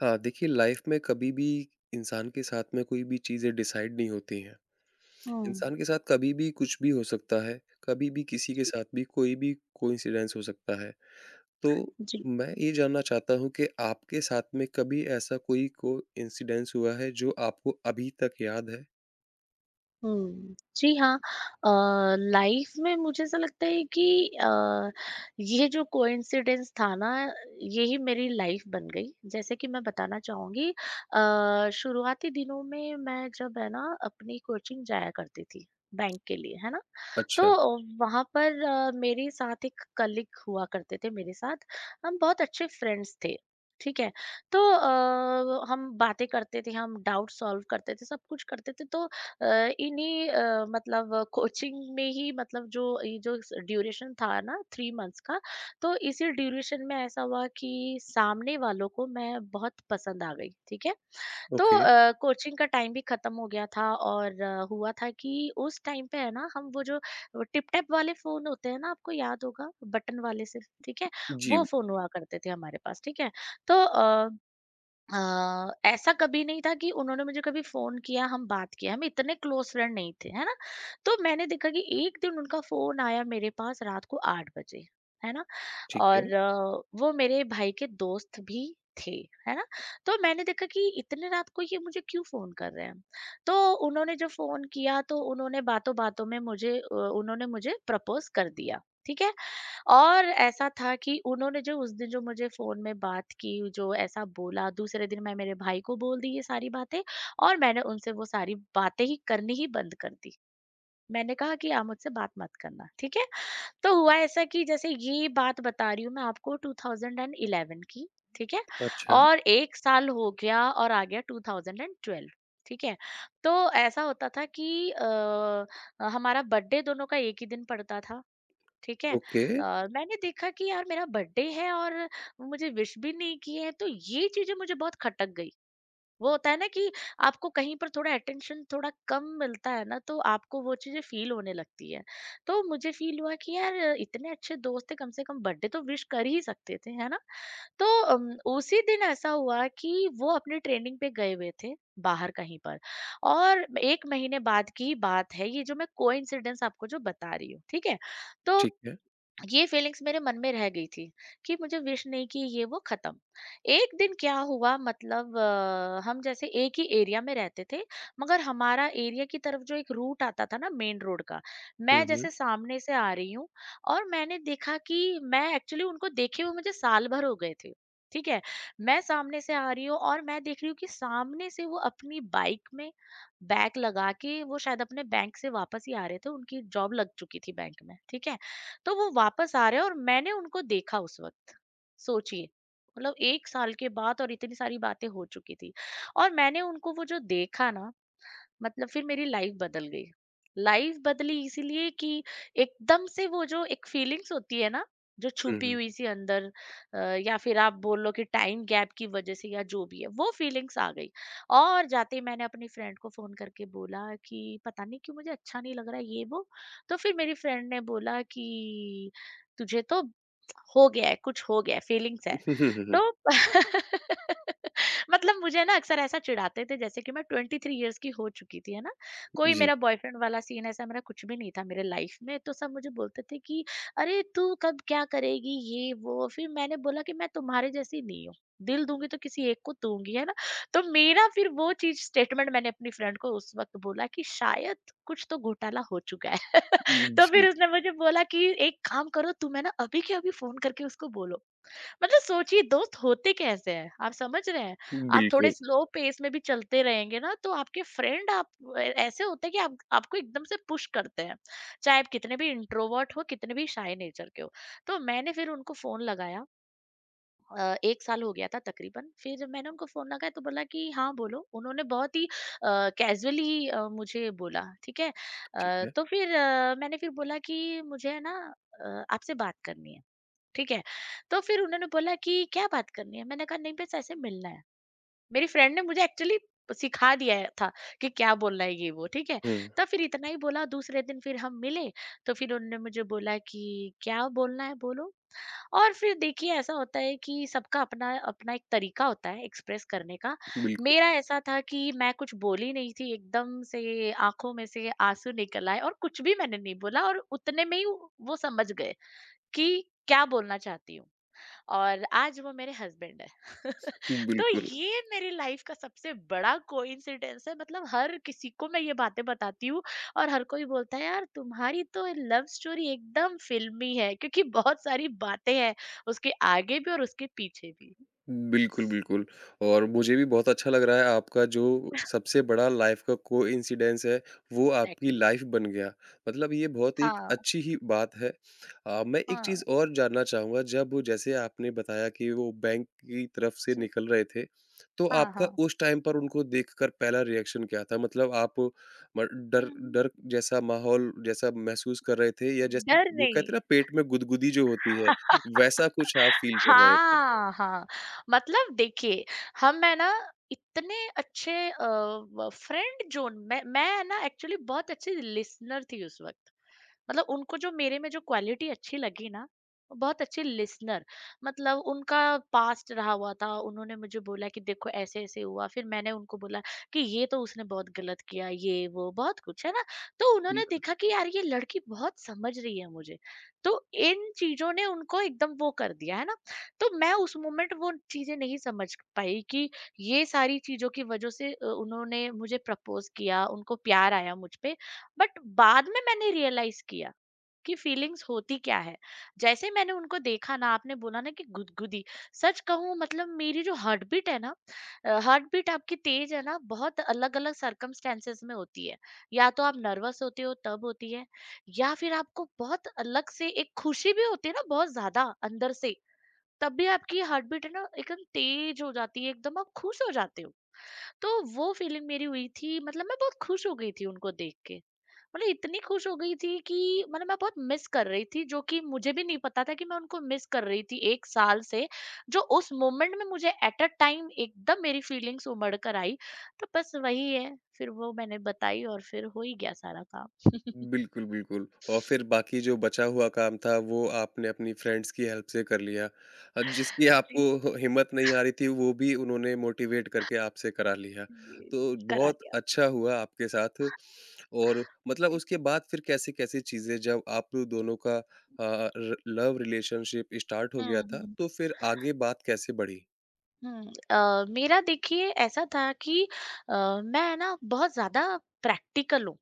हाँ, देखिए लाइफ में कभी भी इंसान के साथ में कोई भी चीज़ें डिसाइड नहीं होती हैं। हाँ, इंसान के साथ कभी भी कुछ भी हो सकता है, कभी भी किसी के साथ भी कोई भी कोइंसिडेंस हो सकता है। तो जी। मैं ये जानना चाहता हूँ कि आपके साथ में कभी ऐसा कोई कोइंसिडेंस हुआ है जो आपको अभी तक याद है? हुँ। जी हाँ, अ, लाइफ़ में मुझे ऐसा लगता है कि अ, ये जो कोइंसिडेंस था ना, यही मेरी लाइफ़ बन गई। जैसे कि मैं बताना चाहूँगी, शुरुआती दिनों में मैं जब है ना अपनी कोचिंग जाया करती थी, बैंक के लिए, है ना? तो अच्छा, वहाँ पर मेरे साथ एक कलीग हुआ करते थे मेरे साथ, हम बहुत अच्छे फ्रेंड्स थे, ठीक है? तो हम बातें करते थे, हम डाउट सॉल्व करते थे, सब कुछ करते थे। तो अ, इन्हीं अ, मतलब कोचिंग में ही, मतलब जो ये जो ड्यूरेशन था ना 3 मंथ्स का, तो इसी ड्यूरेशन में ऐसा हुआ कि सामने वालों को मैं बहुत पसंद आ गई। ठीक है। तो ओके। कोचिंग का टाइम भी खत्म हो गया था, और हुआ था कि उस टाइम पे है ना, हम वो जो टिप टैप वाले फोन होते हैं ना, आपको याद होगा, बटन वाले से, ठीक है। जी, वो फोन हुआ करते थे हमारे पास, ठीक है। तो अ, ऐसा कभी नहीं था कि उन्होंने मुझे कभी फ़ोन किया, हम बात किया, हम इतने क्लोज़ फ्रेंड नहीं थे, है ना? तो मैंने देखा कि एक दिन उनका फ़ोन आया मेरे पास रात को 8 बजे, है ना? ठीक है। और वो मेरे भाई के दोस्त भी थे, है ना? तो मैंने देखा कि इतने रात को ये मुझे क्यों फ़ोन कर रहे हैं? तो उन्होंने जब फ़ोन किया तो उन्होंने बातों-बातों में मुझे उन्होंने मुझे प्रपोज़ कर दिया, ठीक है? और ऐसा था कि उन्होंने जो उस दिन जो मुझे फ़ोन में बात की, जो ऐसा बोला, दूसरे दिन मैं मेरे भाई को बोल दी ये सारी बातें, और मैंने उनसे वो सारी बातें ही करनी ही बंद कर दी। मैंने कहा कि आप मुझसे बात मत करना, ठीक है? तो हुआ ऐसा कि, जैसे ये बात बता रही हूँ मैं आपको 2011 की, ठीक है? अच्छा, और 1 साल हो गया और आ गया 2012, ठीक है? तो ऐसा होता था कि हमारा बर्थडे दोनों का एक ही दिन पड़ता था। ठीक है। ओके, अ, मैंने देखा कि यार मेरा बर्थडे है और मुझे विश भी नहीं की है, तो ये चीजें मुझे बहुत खटक गई। वो होता है ना कि आपको कहीं पर थोड़ा अटेंशन थोड़ा कम मिलता है ना, तो आपको वो चीजें फील होने लगती है। तो मुझे फील हुआ कि यार इतने अच्छे दोस्त थे, कम से कम बर्थडे तो विश कर ही सकते थे, है ना? तो उसी दिन ऐसा हुआ कि वो अपने ट्रेनिंग पे गए हुए थे, बाहर कहीं पर। और एक महीने बाद की बात है, ये जो मैं कोइंसिडेंस आपको जो बता रही हूँ, ठीक है। तो ठीक है। ये फीलिंग्स मेरे मन में रह गई थी कि मुझे विश नहीं की, ये वो खत्म। एक दिन क्या हुआ, मतलब हम जैसे एक ही एरिया में रहते थे, मगर हमारा एरिया की तरफ जो एक रूट आता था ना मेन रोड का, मैं हुँ, हुँ। जैसे सामने से आ रही हूँ। और मैंने देखा कि मैं एक्चुअली उनको देखे हुए मुझे साल भर हो गए थे, ठीक है। मैं सामने से आ रही हूँ, और मैं देख रही हूँ कि सामने से वो अपनी बाइक में बैग लगा के, वो शायद अपने बैंक से वापस ही आ रहे थे, उनकी जॉब लग चुकी थी बैंक में, ठीक है। तो वो वापस आ रहे हैं, और मैंने उनको देखा उस वक्त। सोचिए, मतलब एक साल के बाद, और इतनी सारी बातें हो चुकी थी। और मैंने उनको वो जो देखा ना, मतलब फिर मेरी लाइफ बदल गई। लाइफ बदली इसीलिए कि एकदम से वो जो एक फीलिंग्स होती है ना, जो हुँ, छुपी हुँ। हुई सी अंदर, अ, या फिर आप बोल लो कि टाइम गैप की वजह से या जो भी है, वो फीलिंग्स आ गई। और जाते ही मैंने अपनी फ्रेंड को फोन करके बोला कि पता नहीं क्यों मुझे अच्छा नहीं लग रहा है, ये वो। तो फिर मेरी फ्रेंड ने बोला कि तुझे तो हो गया है, कुछ हो गया है, फीलिंग्स है। तो मतलब मुझे ना अक्सर ऐसा चिढ़ाते थे, जैसे कि मैं 23 इयर्स की हो चुकी थी, है ना? कोई जी, मेरा बॉयफ्रेंड वाला सीन, ऐसा मेरा कुछ भी नहीं था मेरे लाइफ में, तो सब मुझे बोलते थे कि, "अरे! तू कब क्या करेगी?" ये, वो। फिर मैंने बोला कि मैं तुम्हारे जैसी नहीं हूँ, दिल दूँगी तो किसी एक को दूँगी, है ना? तो मेरा फिर वो चीज़, स्टेटमेंट मैंने अपनी फ्रेंड को उस वक़्त बोला कि शायद कुछ तो घोटाला हो चुका है। तो फिर जी, उसने मुझे बोला कि, "एक काम करो तुम है ना, अभी के अभी फ़ोन करके उसको बोलो।" मतलब सोचिए दोस्त होते कैसे हैं, आप समझ रहे हैं। आप थोड़े बिल्कुल, स्लो पेस में भी चलते रहेंगे ना, तो आपके फ्रेंड आप ऐसे होते हैं कि आप आपको एकदम से पुश करते हैं, चाहे आप कितने भी इंट्रोवर्ट हो, कितने भी शाय नेचर के हो। तो मैंने फिर उनको फोन लगाया। एक साल हो गया था तकरीबन, फिर जब मैंने उनको फोन लगाया तो बोला कि हाँ बोलो, उन्होंने बहुत ही कैजुअली मुझे बोला, ठीक है। ठीक है। तो फिर मैंने फिर बोला कि मुझे है ना आपसे बात करनी है, ठीक है। तो फिर उन्होंने बोला कि क्या बात करनी है। मैंने कहा नहीं, बस ऐसे मिलना है। मेरी फ्रेंड ने मुझे एक्चुअली सिखा दिया था कि क्या बोलना है, ये वो, ठीक है। हुँ, तो फिर इतना ही बोला। दूसरे दिन फिर हम मिले। तो फिर उन्होंने मुझे बोला कि क्या बोलना है बोलो। और फिर देखिए ऐसा होता है कि सबका अपना अपना एक तरीका होता है एक्सप्रेस करने का। बिल्कुल, मेरा ऐसा था कि मैं कुछ बोली नहीं थी, एकदम से आंखों में से आंसू निकल आए, और कुछ भी मैंने नहीं बोला, और उतने में ही वो समझ गए कि क्या बोलना चाहती हूँ। और आज वो मेरे हस्बैंड है तो बिल्कुल। ये मेरी लाइफ का सबसे बड़ा कोइंसिडेंस है, मतलब हर किसी को मैं ये बातें बताती हूँ। और हर कोई बोलता है यार तुम्हारी तो लव स्टोरी एकदम फिल्मी है, क्योंकि बहुत सारी बातें हैं उसके आगे भी और उसके पीछे भी। बिल्कुल, बिल्कुल और मुझे भी बहुत अच्छा लग रहा है आपका जो सबसे बड़ा लाइफ़ का कोइंसिडेंस है, वो आपकी एग्जैक्टली। लाइफ़ बन गया। मतलब ये बहुत एक हाँ अच्छी ही बात है। मैं एक हाँ। चीज़ और जानना चाहूँगा जब वो जैसे आपने बताया कि वो बैंक की तरफ से जी। निकल रहे थे, तो हाँ आपका हाँ। उस टाइम पर उनको देखकर पहला रिएक्शन क्या था? मतलब आप म डर हम्म। डर जैसा माहौल जैसा महसूस कर रहे थे या जैसे डर वो कहते नहीं। हैं ना पेट में गुदगुदी जो होती है, वैसा कुछ आप फ़ील कर रहे थे? हाँ, हाँ। मतलब देखिए, हम है ना इतने अच्छे अ, व फ्रेंड ज़ोन। मैं है ना एक्चुअली बहुत अच्छी लिसनर थी उस वक़्त। मतलब उनको जो मेरे में जो क्वालिटी अच्छी लगी ना, वो बहुत अच्छे लिसनर। मतलब उनका पास्ट रहा हुआ था, उन्होंने मुझे बोला कि देखो ऐसे ऐसे हुआ। फिर मैंने उनको बोला कि ये तो उसने बहुत गलत किया, ये वो बहुत कुछ, है ना? तो उन्होंने बिल्कुल। देखा कि यार ये लड़की बहुत समझ रही है मुझे। तो इन चीजों ने उनको एकदम वो कर दिया, है ना? तो मैं उस मोमेंट वो चीजें नहीं समझ पाई कि ये सारी चीजों की वजह से उन्होंने मुझे प्रपोज किया, उनको प्यार आया मुझ पे। बट बाद में मैंने रियलाइज किया की फीलिंग्स होती क्या है? जैसे मैंने उनको देखा ना, आपने बोला ना कि गुदगुदी, सच कहूँ मतलब मेरी जो हार्ट बीट है ना, हार्ट बीट आपकी तेज़ है ना बहुत अलग-अलग सर्कमस्टेंसेस में होती है। या तो आप नर्वस होते हो तब होती है, या फिर आपको बहुत अलग से एक खुशी भी होती है ना बहुत ज़्यादा अंदर से, तब भी आपकी हार्ट बीट है ना एकदम तेज़ हो जाती है, एकदम आप खुश हो जाते हो। तो वो फीलिंग मेरी हुई थी, मतलब मैं बहुत खुश हो गई थी उनको देख के। मतलब इतनी खुश हो गई थी कि, मतलब मैं बहुत मिस कर रही थी, जो कि मुझे भी नहीं पता था कि मैं उनको मिस कर रही थी एक साल से। जो उस मोमेंट में मुझे एट अ टाइम एकदम मेरी फीलिंग्स उमड़ कर आई। तो बस वही है, फिर वो मैंने बताई और फिर हो ही गया सारा काम। बिल्कुल, बिल्कुल और फिर बाकी जो बचा हुआ काम था वो आपने अपनी फ्रेंड्स की हेल्प से कर लिया। जिसकी आपको जी। हिम्मत नहीं आ रही थी वो भी उन्होंने मोटिवेट करके आपसे करा लिया। जी। तो करा बहुत दिया। अच्छा हुआ आपके साथ और मतलब उसके बाद फिर कैसी-कैसी चीज़ें जब आप दोनों का अ, र लव रिलेशनशिप स्टार्ट हो हम्म। गया था हम्म। तो फिर आगे बात कैसे बढ़ी? हम्म। मेरा देखिए ऐसा था कि अ, मैं ना बहुत ज्यादा प्रैक्टिकल हूँ।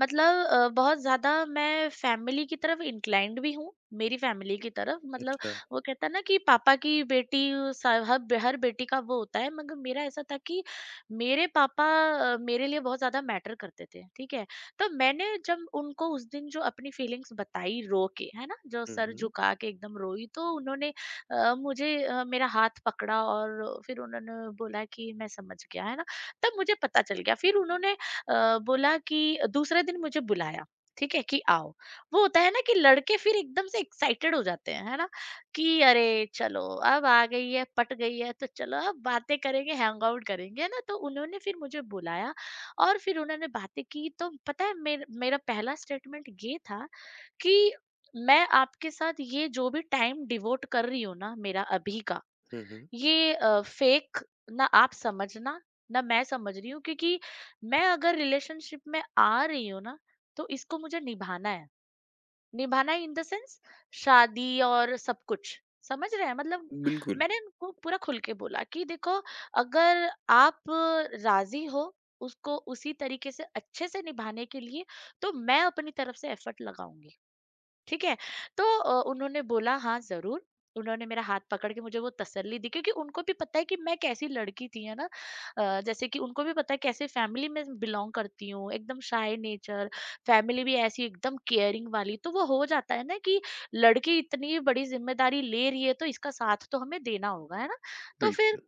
मतलब बहुत ज़्यादा मैं फैमिली की तरफ इंक्लाइंड भी हूँ, मेरी फैमिली की तरफ, मतलब अच्छा। वो कहता है ना कि पापा की बेटी, स हब हर बेटी का वो होता है, मगर मेरा ऐसा था कि मेरे पापा मेरे लिए बहुत ज़्यादा मैटर करते थे, ठीक है? तो मैंने जब उनको उस दिन जो अपनी फीलिंग्स बताई रो के, है ना? जो हुँ, सर हुँ। झुका के एकदम रोई, तो उन्होंने मुझे मेरा हाथ पकड़ा और फिर उन्होंने बोला कि मैं समझ गया, है ना? तब मुझे पता चल गया। फिर उन्होंने बोला कि दूसरे दिन मुझे बुलाया, ठीक है कि आओ। वो होता है ना कि लड़के फिर एकदम से एक्साइटेड हो जाते हैं, है ना? कि अरे चलो, अब आ गई है, पट गई है, तो चलो अब बातें करेंगे, हैंग आउट करेंगे, है ना। तो उन्होंने फिर मुझे बुलाया और फिर उन्होंने बातें की। तो पता है, मेरा पहला स्टेटमेंट ये था कि मैं आपके साथ ये जो भी टाइम डिवोट कर रही हूँ ना, मेरा अभी का हुँ, हुँ। ये फेक, ना आप समझना, ना मैं समझ रही हूँ, क्योंकि मैं अगर रिलेशनशिप में आ रही हूँ ना, तो इसको मुझे निभाना है। निभाना इन द सेंस शादी और सब कुछ, समझ रहे हैं मतलब। बिल्कुल, मैंने उनको पूरा खुल के बोला कि देखो, अगर आप राजी हो उसको उसी तरीके से अच्छे से निभाने के लिए, तो मैं अपनी तरफ से एफर्ट लगाऊंगी, ठीक है? तो उन्होंने बोला हाँ, ज़रूर। उन्होंने मेरा हाथ पकड़ के मुझे वो तसल्ली दी, क्योंकि उनको भी पता है कि मैं कैसी लड़की थी, है ना? जैसे कि उनको भी पता है कैसे फैमिली में बिलॉन्ग करती हूँ, एकदम शाय नेचर, फैमिली भी ऐसी एकदम केयरिंग वाली। तो वो हो जाता है ना कि लड़की इतनी बड़ी ज़िम्मेदारी ले रही है, तो इसका साथ तो हमें देना होगा, है ना? तो फिर बिल्कुल।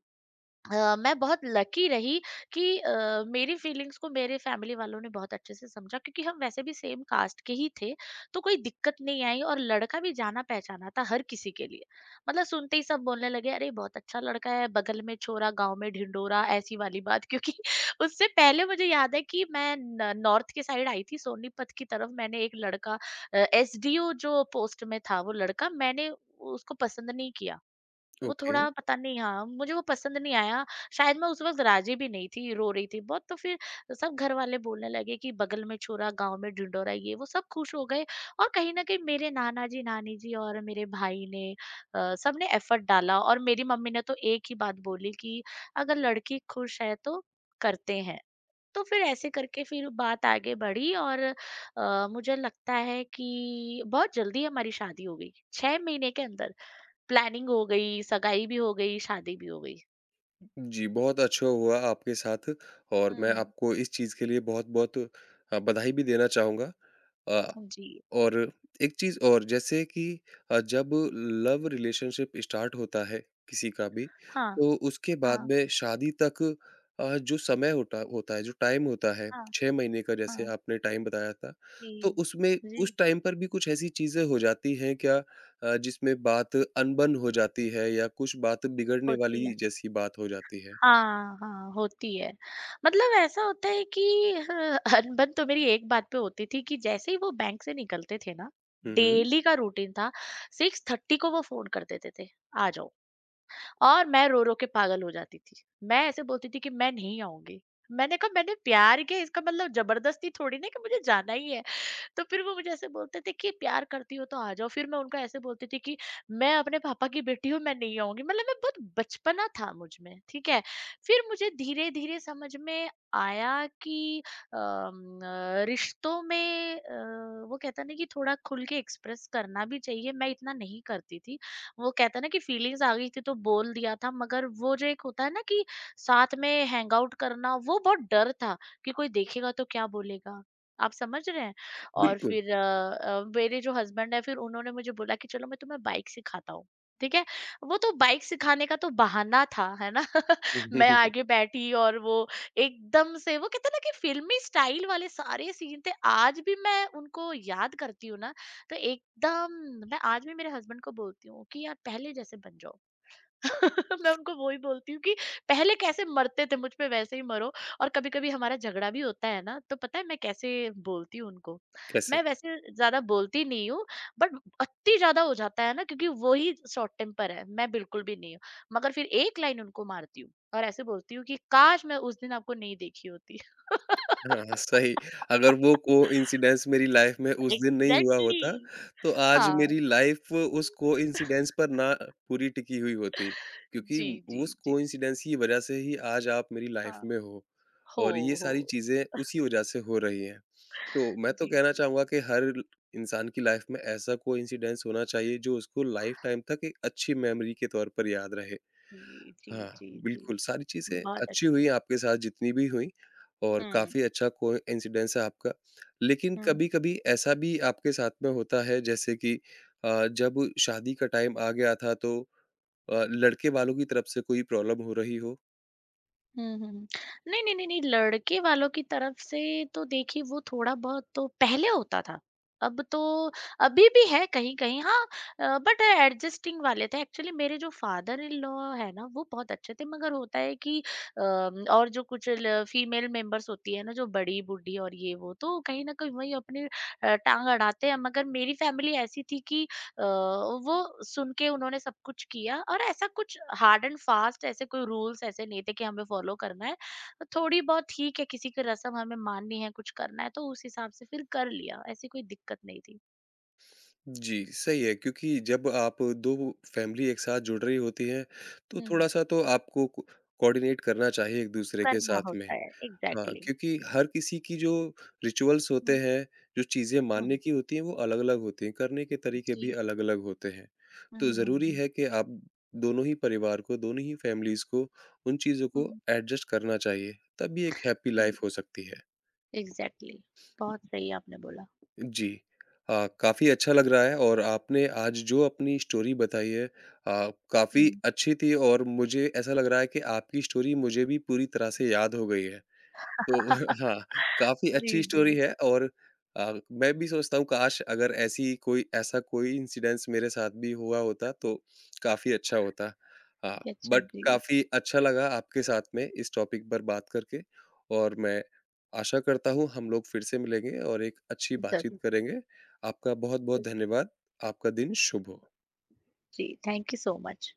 मैं बहुत लकी रही कि मेरी फीलिंग्स को मेरे फैमिली वालों ने बहुत अच्छे से समझा, क्योंकि हम वैसे भी सेम कास्ट के ही थे। तो कोई दिक्कत नहीं आई, और लड़का भी जाना पहचाना था हर किसी के लिए। मतलब सुनते ही सब बोलने लगे, अरे बहुत अच्छा लड़का है, बगल में छोरा गांव में ढिंडोरा, ऐसी वाली बात। क्योंकि उससे पहले मुझे याद है कि मैं नॉर्थ के साइड आई थी, सोनीपत की तरफ। मैंने एक लड़का, एसडीओ जो पोस्ट में था, वो लड़का मैंने उसको पसंद नहीं किया। वो ओके। थोड़ा पता नहीं, हाँ, मुझे वो पसंद नहीं आया। शायद मैं उस वक़्त राज़ी भी नहीं थी, रो रही थी बहुत। तो फिर सब घरवाले बोलने लगे कि बगल में छुरा, गाँव में ढिंढोरा, ये वो सब खुश हो गए। और कहीं न कहीं मेरे नाना जी, नानी जी और मेरे भाई ने, सबने एफर्ट डाला। और मेरी मम्मी ने तो एक ही बात बोली कि अगर लड़की खुश है तो करते हैं। तो फिर ऐसे करके फिर बात आगे बढ़ी, और मुझे लगता है कि बहुत जल्दी हमारी शादी हो गई, 6 महीने के अंदर। प्लानिंग हो गई, सगाई भी हो गई, शादी भी हो गई। जी, बहुत अच्छा हुआ आपके साथ और मैं हुँ। आपको इस चीज़ के लिए बहुत-बहुत बधाई भी देना चाहूँगा। अ जी, और एक चीज़ और जैसे कि जब लव रिलेशनशिप स्टार्ट होता है किसी का भी, हाँ। तो उसके बाद हाँ, में शादी तक जो समय होता होता है, जो टाइम होता है, हाँ, 6 महीने का जैसे हाँ। आपने टाइम बताया था, जी। तो उसमें जी, उस टाइम पर भी कुछ ऐसी चीज़ें हो जाती हैं क्या जिसमें बात अनबन हो जाती है या कुछ बात बिगड़ने होती है। वाली जैसी बात हो जाती है? हाँ, हाँ, होती है। मतलब ऐसा होता है कि ह अनबन तो मेरी एक बात पे होती थी कि जैसे ही वो बैंक से निकलते थे ना, हुँ, हुँ। डेली का रूटीन था, 6:30 को वो फ़ोन कर देते थे, "आ जाओ", और मैं रो-रो के पागल हो जाती थी। मैं ऐसे बोलती थी कि, "मैं नहीं आऊँगी।" मैंने कहा, "मैंने प्यार किया, इसका मतलब ज़बरदस्ती थोड़ी ना है कि मुझे जाना ही है।" तो फिर वो मुझे ऐसे बोलते थे कि प्यार करती हो तो आ जाओ। फिर मैं उनको ऐसे बोलती थी कि मैं अपने पापा की बेटी हूँ, मैं नहीं आऊंगी। मतलब मैं बहुत बचपना था मुझ में, ठीक है। फिर मुझे धीरे धीरे समझ में आया कि रिश्तों में वो कहता ना कि थोड़ा खुल के एक्सप्रेस करना भी चाहिए, मैं इतना नहीं करती थी। वो कहता ना कि फीलिंग्स आ गई थी तो बोल दिया था, मगर वो जो एक होता है ना कि साथ में हैंग आउट करना, वो बहुत डर था कि कोई देखेगा तो क्या बोलेगा, आप समझ रहे हैं। और बिल्कुल। फिर मेरे जो हस्बैंड है, फिर उन्होंने मुझे बोला कि चलो मैं तुम्हें बाइक सिखाता हूँ, ठीक है? वो तो बाइक सिखाने का तो बहाना था, है ना? मैं आगे बैठी और वो एकदम से, वो कहते हैं ना कि फ़िल्मी स्टाइल वाले सारे सीन थे। आज भी मैं उनको याद करती हूँ ना, तो एकदम, मैं आज भी मेरे हस्बैंड को बोलती हूँ कि यार पहले जैसे बन जाओ। मैं उनको वो ही बोलती हूँ कि पहले कैसे मरते थे मुझ पे, वैसे ही मरो। और कभी कभी हमारा झगड़ा भी होता है ना, तो पता है मैं कैसे बोलती हूँ उनको। कैसे? मैं वैसे ज्यादा बोलती नहीं हूँ, बट अति ज्यादा हो जाता है ना, क्योंकि वो ही शॉर्ट टेम्पर है, मैं बिल्कुल भी नहीं हूँ। मगर फिर एक लाइन उनको मारती हूँ और ऐसे बोलती हूँ कि काश मैं उस दिन आपको नहीं देखी होती। हाँ, सही। अगर वो कोइंसिडेंस मेरी लाइफ़ में उस दिन नहीं हुआ एग्जैक्टली, होता, exactly. तो आज हाँ, मेरी लाइफ़ उस कोइंसिडेंस पर ना पूरी टिकी हुई होती। क्योंकि जी जी। उस जी, कोइंसिडेंस की वज़ह से ही आज आप मेरी लाइफ़ हाँ, में हो हो और ये हो। सारी चीज़ें उसी वज़ह से हो रही हैं। तो मैं तो जी कहना जी, चाहूँगा कि हर इंसान की लाइफ़ में ऐसा कोइंसिडेंस होना चाहिए जो उसको लाइफ़ टाइम तक एक अच्छी मेमोरी के तौर पर याद रहे। जी जी, हाँ, जी जी, बिल्कुल, सारी चीज़ें बहुत अच्छी अच्छी। हुई आपके साथ जितनी भी हुई और हम्म। काफ़ी अच्छा कोइंसिडेंस है आपका। लेकिन हुँ। कभी-कभी ऐसा भी आपके साथ में होता है जैसे कि जब शादी का टाइम आ गया था तो लड़के वालों की तरफ से कोई प्रॉब्लम हो रही हो? हुँ, हुँ, हुँ। नहीं, नहीं, नहीं, नहीं, लड़के वालों की तरफ से, तो देखिए वो थोड़ा बहुत तो पहले होता था। अब तो अभी भी है कहीं-कहीं, हाँ। बट एडजस्टिंग वाले थे। एक्चुअली मेरे जो फादर इन लॉ है ना, वो बहुत अच्छे थे। मगर होता है कि अ, और जो कुछ ल फीमेल मेंबर्स होती है ना, जो बड़ी-बूढ़ी और ये वो, तो कहीं न कहीं वही अपनी टाँग अड़ाते हैं। मगर मेरी फैमिली ऐसी थी कि अ, वो सुन के उन्होंने सब कुछ किया, और ऐसा कुछ हार्ड एंड फास्ट ऐसे कोई रूल्स ऐसे नहीं थे कि हमें फॉलो करना है। थोड़ी बहुत ठीक है, किसी की रस्म हमें माननी है, कुछ करना है, तो उस हिसाब से फिर कर लिया, ऐसी कोई दिक्कत नहीं थी। जी, सही है क्योंकि जब आप 2 फैमिली एक साथ जुड़ रही होती है, तो हुँ। थोड़ा-सा तो आपको को कोऑर्डिनेट करना चाहिए एक-दूसरे के करना साथ में। होता है, हाँ, एग्ज़ैक्टली। क्योंकि हर किसी की जो रिचुअल्स होते हुँ। हैं, जो चीज़ें मानने हुँ। की होती हैं, वो अलग-अलग होती हैं, करने के तरीके भी जी। अलग-अलग होते हैं। हुँ, तो हुँ, ज़रूरी हुँ। है कि आप दोनों ही परिवार को, दोनों ही फैमिलीज़ को उन चीज़ों को हुँ, एडजस्ट करना चाहिए, तभी एक हैप्पी जी, लाइफ़ हो सकती है। एग्ज़ैक्टली। बहुत सही आपने बोला। जी। काफ़ी अच्छा लग रहा है और आपने आज जो अपनी स्टोरी बताई है काफ़ी हुँ। अच्छी थी और मुझे ऐसा लग रहा है कि आपकी स्टोरी मुझे भी पूरी तरह से याद हो गई है। तो हाँ, काफ़ी जी, अच्छी जी। स्टोरी है और मैं भी सोचता हूँ काश अगर ऐसी कोई ऐसा कोई इंसिडेंस मेरे साथ भी हुआ होता तो काफ़ी अच्छा होता। हाँ, अच्छा बट जी, काफ़ी अच्छा लगा आपके साथ में इस टॉपिक पर बात करके और मैं आशा करता हूँ हम लोग फिर से मिलेंगे और एक अच्छी बातचीत ज़रूर, करेंगे। आपका बहुत-बहुत धन्यवाद। आपका दिन शुभ हो। जी, थैंक यू सो मच।